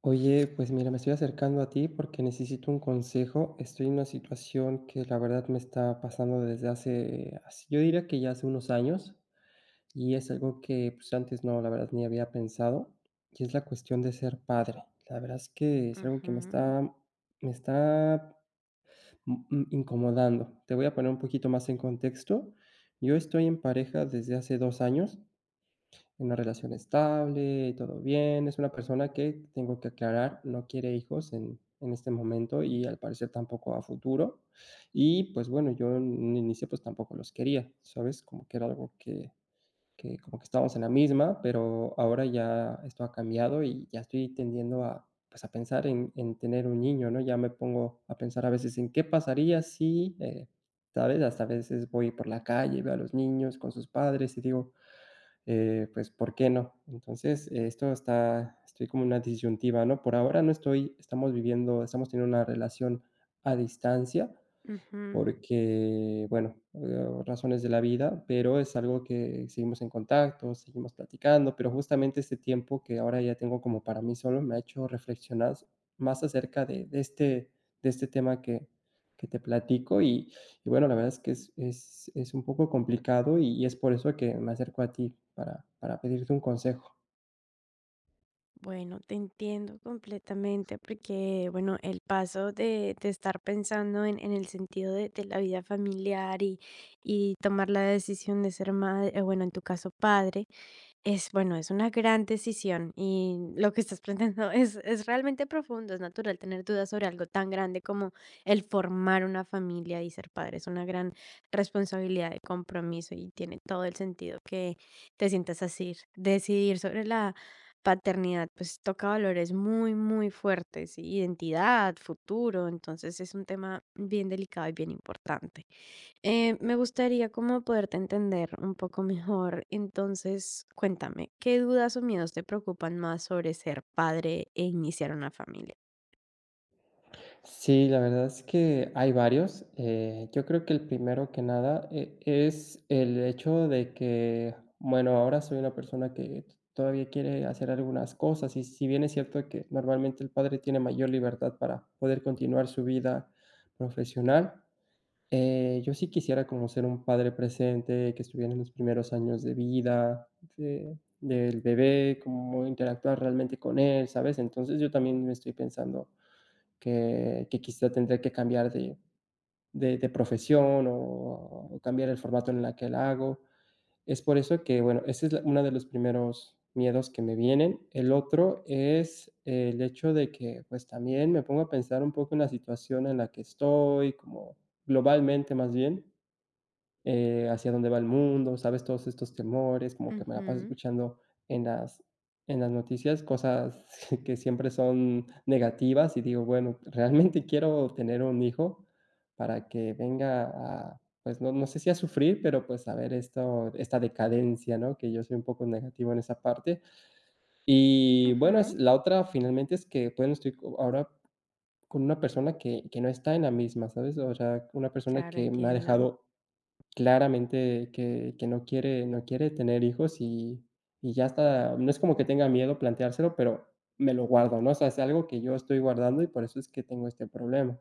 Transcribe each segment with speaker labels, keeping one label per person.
Speaker 1: Oye, pues mira, me estoy acercando a ti porque necesito un consejo. Estoy en una situación que la verdad me está pasando desde hace, yo diría que ya hace unos años, y es algo que pues antes no, la verdad ni había pensado, y es la cuestión de ser padre. La verdad es que es algo que me
Speaker 2: Ujú,
Speaker 1: está, me está incomodando. Te voy a poner un poquito más en contexto. Yo estoy en pareja desde hace 2 años. Una relación estable, todo bien. Es una persona que, tengo que aclarar, no quiere hijos en este momento y, al parecer, tampoco a futuro. Y, pues, bueno, yo en un inicio, pues, tampoco los quería, ¿sabes? Como que era algo que como que estábamos en la misma, pero ahora ya esto ha cambiado y ya estoy tendiendo a, pues, a pensar en tener un niño, ¿no? Ya me pongo a pensar a veces en qué pasaría si, ¿sabes? Hasta a veces voy por la calle, veo a los niños con sus padres y digo: pues, ¿por qué no? Entonces, estoy como en una disyuntiva, ¿no? Por ahora no estoy estamos teniendo una relación a distancia,
Speaker 2: ujú.
Speaker 1: porque, bueno, razones de la vida, pero es algo que seguimos en contacto, seguimos platicando, pero justamente este tiempo que ahora ya tengo como para mí solo me ha hecho reflexionar más acerca de este tema que te platico y bueno, la verdad es que es un poco complicado y es por eso que me acerco a ti para pedirte un consejo.
Speaker 2: Bueno, te entiendo completamente porque, bueno, el paso de estar pensando en el sentido de la vida familiar y tomar la decisión de ser madre, bueno, en tu caso padre. Es bueno, es una gran decisión y lo que estás planteando es realmente profundo. Es natural tener dudas sobre algo tan grande como el formar una familia y ser padre. Es una gran responsabilidad y compromiso y tiene todo el sentido que te sientas así. Decidir sobre la paternidad, pues toca valores muy, muy fuertes, identidad, futuro. Entonces es un tema bien delicado y bien importante. Me gustaría como poderte entender un poco mejor. Entonces, cuéntame, ¿qué dudas o miedos te preocupan más sobre ser padre e iniciar una familia?
Speaker 1: Sí, la verdad es que hay varios. Yo creo que el primero que nada es el hecho de que, bueno, ahora soy una persona que todavía quiere hacer algunas cosas y si bien es cierto que normalmente el padre tiene mayor libertad para poder continuar su vida profesional, yo sí quisiera conocer un padre presente que estuviera en los primeros años de vida del bebé, cómo interactuar realmente con él, ¿sabes? Entonces yo también me estoy pensando que quizá tendré que cambiar de profesión o cambiar el formato en la que la hago. Es por eso que, bueno, ese es la una de los primeros miedos que me vienen. El otro es el hecho de que, pues, también me pongo a pensar un poco en la situación en la que estoy, como globalmente, más bien hacia dónde va el mundo, ¿sabes? Todos estos temores, como que me la paso
Speaker 2: Ujú,
Speaker 1: escuchando en las en las noticias cosas que siempre son negativas y digo, bueno, realmente quiero tener un hijo para que venga a, pues, no sé si a sufrir, pero, pues, a ver esto esta decadencia, ¿no? Que yo soy un poco negativo en esa parte. Y bueno, es
Speaker 2: ujú.
Speaker 1: la otra finalmente es que, bueno, estoy co ahora con una persona que no está en la misma, ¿sabes? O sea, una persona
Speaker 2: Claro,
Speaker 1: que me ha
Speaker 2: entiendo.
Speaker 1: dejado claramente que no quiere tener hijos y ya está, no es como que tenga miedo planteárselo, pero me lo guardo, ¿no? O sea, es algo que yo estoy guardando y por eso es que tengo este problema.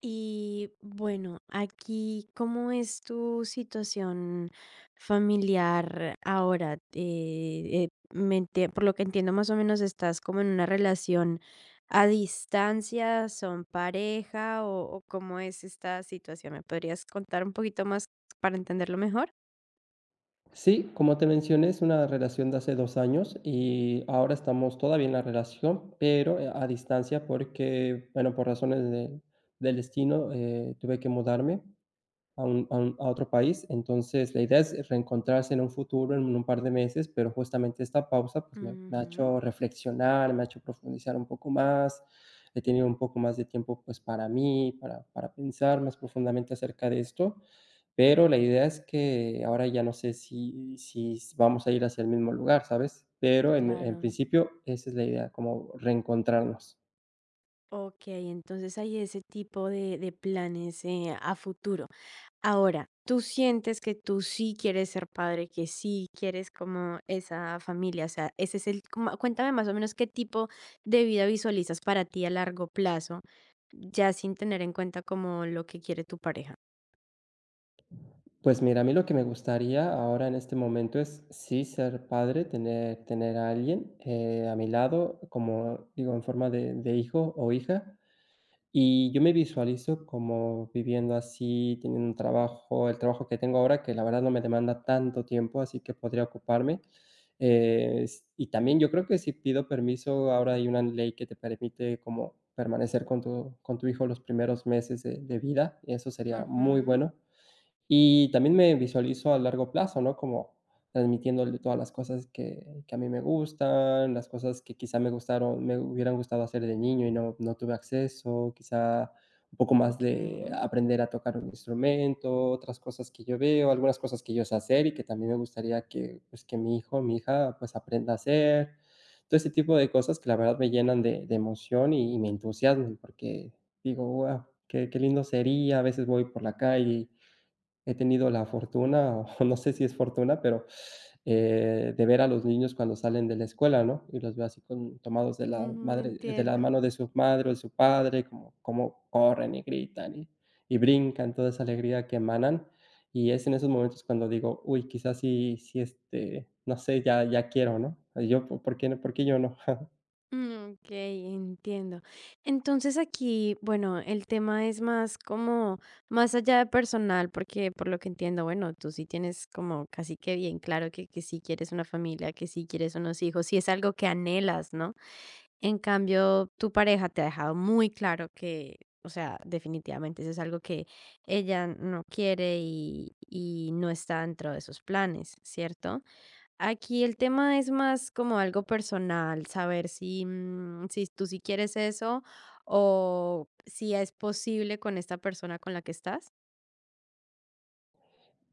Speaker 2: Y bueno, aquí, ¿cómo es tu situación familiar ahora? Me enti- por lo que entiendo, más o menos estás como en una relación a distancia, son pareja o cómo es esta situación. ¿Me podrías contar un poquito más para entenderlo mejor?
Speaker 1: Sí, como te mencioné, es una relación de hace 2 años y ahora estamos todavía en la relación, pero, a distancia porque, bueno, por razones de del destino, tuve que mudarme a otro país. Entonces, la idea es reencontrarse en un futuro, en un par de meses, pero justamente esta pausa pues me ha
Speaker 2: Ujú,
Speaker 1: hecho reflexionar, me ha hecho profundizar un poco más. He tenido un poco más de tiempo pues para mí, para pensar más profundamente acerca de esto, pero la idea es que ahora ya no sé si vamos a ir hacia el mismo lugar, ¿sabes? Pero en
Speaker 2: claro.
Speaker 1: principio esa es la idea, como reencontrarnos.
Speaker 2: Ok, entonces hay ese tipo de planes a futuro. Ahora, tú sientes que tú sí quieres ser padre, que sí quieres como esa familia, o sea, ese es el, como- cuéntame más o menos qué tipo de vida visualizas para ti a largo plazo, ya sin tener en cuenta como lo que quiere tu pareja.
Speaker 1: Pues mira, a mí lo que me gustaría ahora en este momento es sí ser padre, tener a alguien, a mi lado, como digo, en forma de hijo o hija. Y yo me visualizo como viviendo así, teniendo un trabajo, el trabajo que tengo ahora, que la verdad no me demanda tanto tiempo, así que podría ocuparme. S y también yo creo que si pido permiso, ahora hay una ley que te permite como permanecer con tu hijo los primeros meses de vida, y eso sería muy
Speaker 2: Ujú.
Speaker 1: bueno. Y también me visualizo a largo plazo, ¿no? Como transmitiéndole todas las cosas que a mí me gustan, las cosas que quizá me hubieran gustado hacer de niño y no tuve acceso, quizá un poco más
Speaker 2: Ok,
Speaker 1: de aprender a tocar un instrumento, otras cosas que yo veo, algunas cosas que yo sé hacer y que también me gustaría que, pues, que mi hijo, mi hija, pues, aprenda a hacer. Todo ese tipo de cosas que la verdad me llenan de emoción y me entusiasman, porque digo: "Guau, qué lindo sería". A veces voy por la calle. He tenido la fortuna, o no sé si es fortuna, pero, de ver a los niños cuando salen de la escuela, ¿no? Y los veo así con tomados
Speaker 2: ujú,
Speaker 1: de la
Speaker 2: entiendo.
Speaker 1: mano de su madre o de su padre, como corren y gritan y brincan, toda esa alegría que emanan. Y es en esos momentos cuando digo: "Uy, quizás sí sí, este, no sé, ya ya quiero", ¿no? Yo, por qué yo no?
Speaker 2: Mm, ok, entiendo. Entonces aquí, bueno, el tema es más como, más allá de personal, porque por lo que entiendo, bueno, tú sí tienes como casi que bien claro que sí quieres una familia, que sí quieres unos hijos, sí es algo que anhelas, ¿no? En cambio, tu pareja te ha dejado muy claro que, o sea, definitivamente eso es algo que ella no quiere y no está dentro de sus planes, ¿cierto? Aquí el tema es más como algo personal, saber si, mm, si tú sí quieres eso o si es posible con esta persona con la que estás.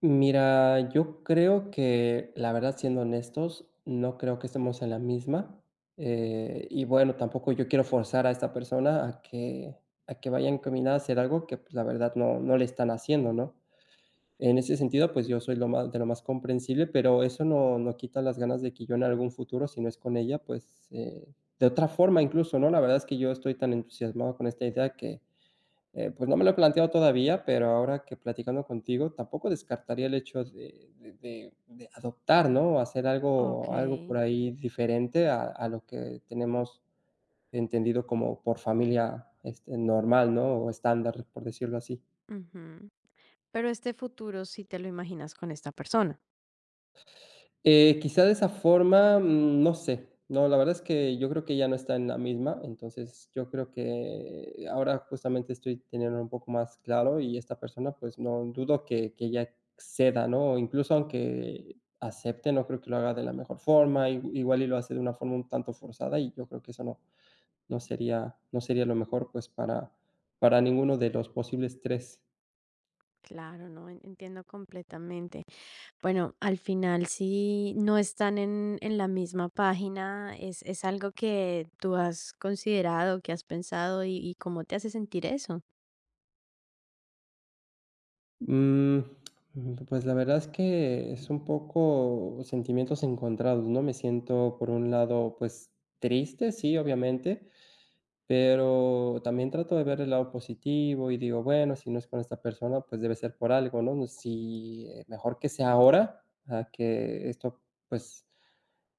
Speaker 1: Mira, yo creo que, la verdad, siendo honestos, no creo que estemos en la misma. Y bueno, tampoco yo quiero forzar a esta persona a que vaya encaminada a hacer algo que, pues, la verdad no le están haciendo, ¿no? En ese sentido, pues yo soy lo más, de lo más comprensible, pero eso no quita las ganas de que yo en algún futuro, si no es con ella, pues de otra forma incluso, ¿no? La verdad es que yo estoy tan entusiasmado con esta idea que pues no me lo he planteado todavía, pero ahora que platicando contigo, tampoco descartaría el hecho de adoptar, ¿no? O hacer
Speaker 2: Ok.
Speaker 1: algo por ahí diferente a lo que tenemos entendido como por familia, este, normal, ¿no? O estándar, por decirlo así.
Speaker 2: Ujú. Pero este futuro sí te lo imaginas con esta persona.
Speaker 1: Quizá de esa forma, no sé. No, la verdad es que yo creo que ya no está en la misma, entonces yo creo que ahora justamente estoy teniendo un poco más claro y esta persona, pues no dudo que ya ceda, ¿no? Incluso aunque acepte, no creo que lo haga de la mejor forma, igual y lo hace de una forma un tanto forzada y yo creo que eso no sería lo mejor pues para ninguno de los posibles tres.
Speaker 2: Claro, no. En- entiendo completamente. Bueno, al final si no están en la misma página, es algo que tú has considerado, que has pensado y cómo te hace sentir eso.
Speaker 1: Mm, pues la verdad es que es un poco sentimientos encontrados, ¿no? Me siento por un lado, pues triste, sí, obviamente, pero también trato de ver el lado positivo y digo, bueno, si no es con esta persona, pues debe ser por algo, ¿no? Si mejor que sea ahora, a que esto pues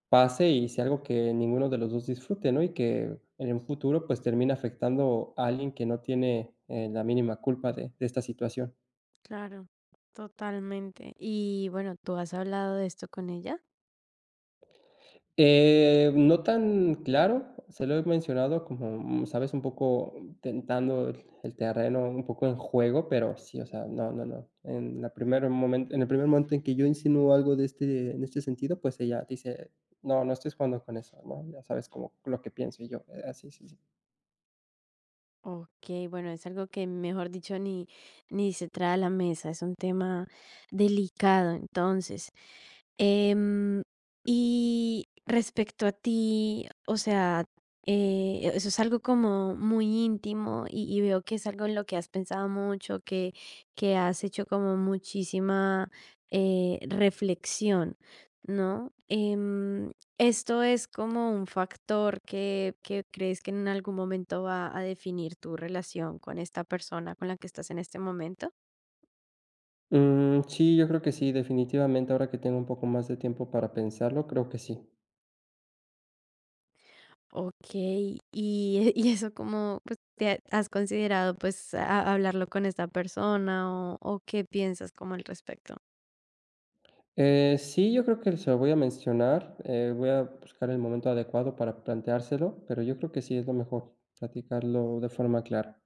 Speaker 1: pase y sea algo que ninguno de los dos disfrute, ¿no? Y que en un futuro pues termine afectando a alguien que no tiene la mínima culpa de esta situación.
Speaker 2: Claro, totalmente. Y bueno, ¿tú has hablado de esto con ella?
Speaker 1: No tan claro, se lo he mencionado como, sabes, un poco tentando el terreno, un poco en juego, pero sí, o sea, no, no, no. En el primer momento en que yo insinúo algo de este en este sentido, pues ella dice: "No, no estés jugando con eso", ¿no? Ya sabes como lo que pienso y yo, así, sí, sí, sí.
Speaker 2: Ok, bueno, es algo que, mejor dicho, ni, ni se trae a la mesa, es un tema delicado, entonces. Em, y respecto a ti, o sea, eso es algo como muy íntimo y veo que es algo en lo que has pensado mucho, que has hecho como muchísima reflexión, ¿no? ¿Esto es como un factor que crees que en algún momento va a definir tu relación con esta persona con la que estás en este momento?
Speaker 1: Mm, sí, yo creo que sí, definitivamente, ahora que tengo un poco más de tiempo para pensarlo, creo que sí.
Speaker 2: Ok, y, y eso como pues, te ha- has considerado pues a- hablarlo con esta persona o qué piensas como al respecto?
Speaker 1: Sí, yo creo que se lo voy a mencionar, voy a buscar el momento adecuado para planteárselo, pero yo creo que sí es lo mejor, platicarlo de forma clara.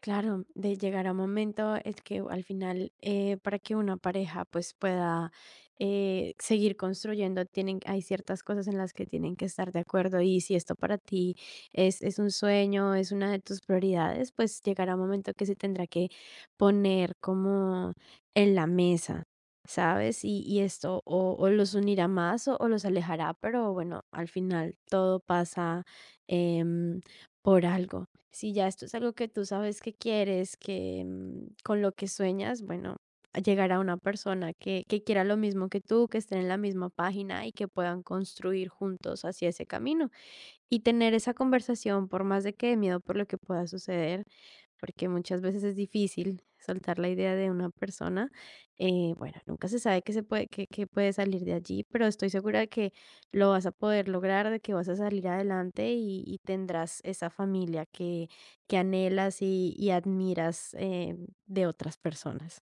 Speaker 2: Claro, de llegar a un momento es que al final, para que una pareja pues pueda seguir construyendo, tienen, hay ciertas cosas en las que tienen que estar de acuerdo y si esto para ti es un sueño, es una de tus prioridades, pues llegará un momento que se tendrá que poner como en la mesa, ¿sabes? Y esto o los unirá más o los alejará, pero bueno, al final todo pasa em, por algo. Si ya esto es algo que tú sabes que quieres, que, mm, con lo que sueñas, bueno, a llegar a una persona que quiera lo mismo que tú, que estén en la misma página y que puedan construir juntos hacia ese camino y tener esa conversación por más de que miedo por lo que pueda suceder, porque muchas veces es difícil soltar la idea de una persona. Bueno, nunca se sabe qué se puede, qué, qué puede salir de allí, pero estoy segura de que lo vas a poder lograr, de que vas a salir adelante y tendrás esa familia que anhelas y admiras de otras personas.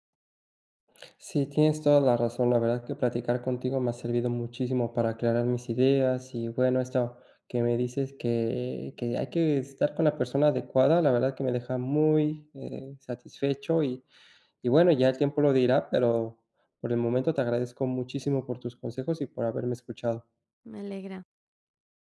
Speaker 1: Sí, tienes toda la razón, la verdad que platicar contigo me ha servido muchísimo para aclarar mis ideas y bueno, esto que me dices que hay que estar con la persona adecuada, la verdad que me deja muy satisfecho y bueno, ya el tiempo lo dirá, pero por el momento te agradezco muchísimo por tus consejos y por haberme escuchado.
Speaker 2: Me alegra.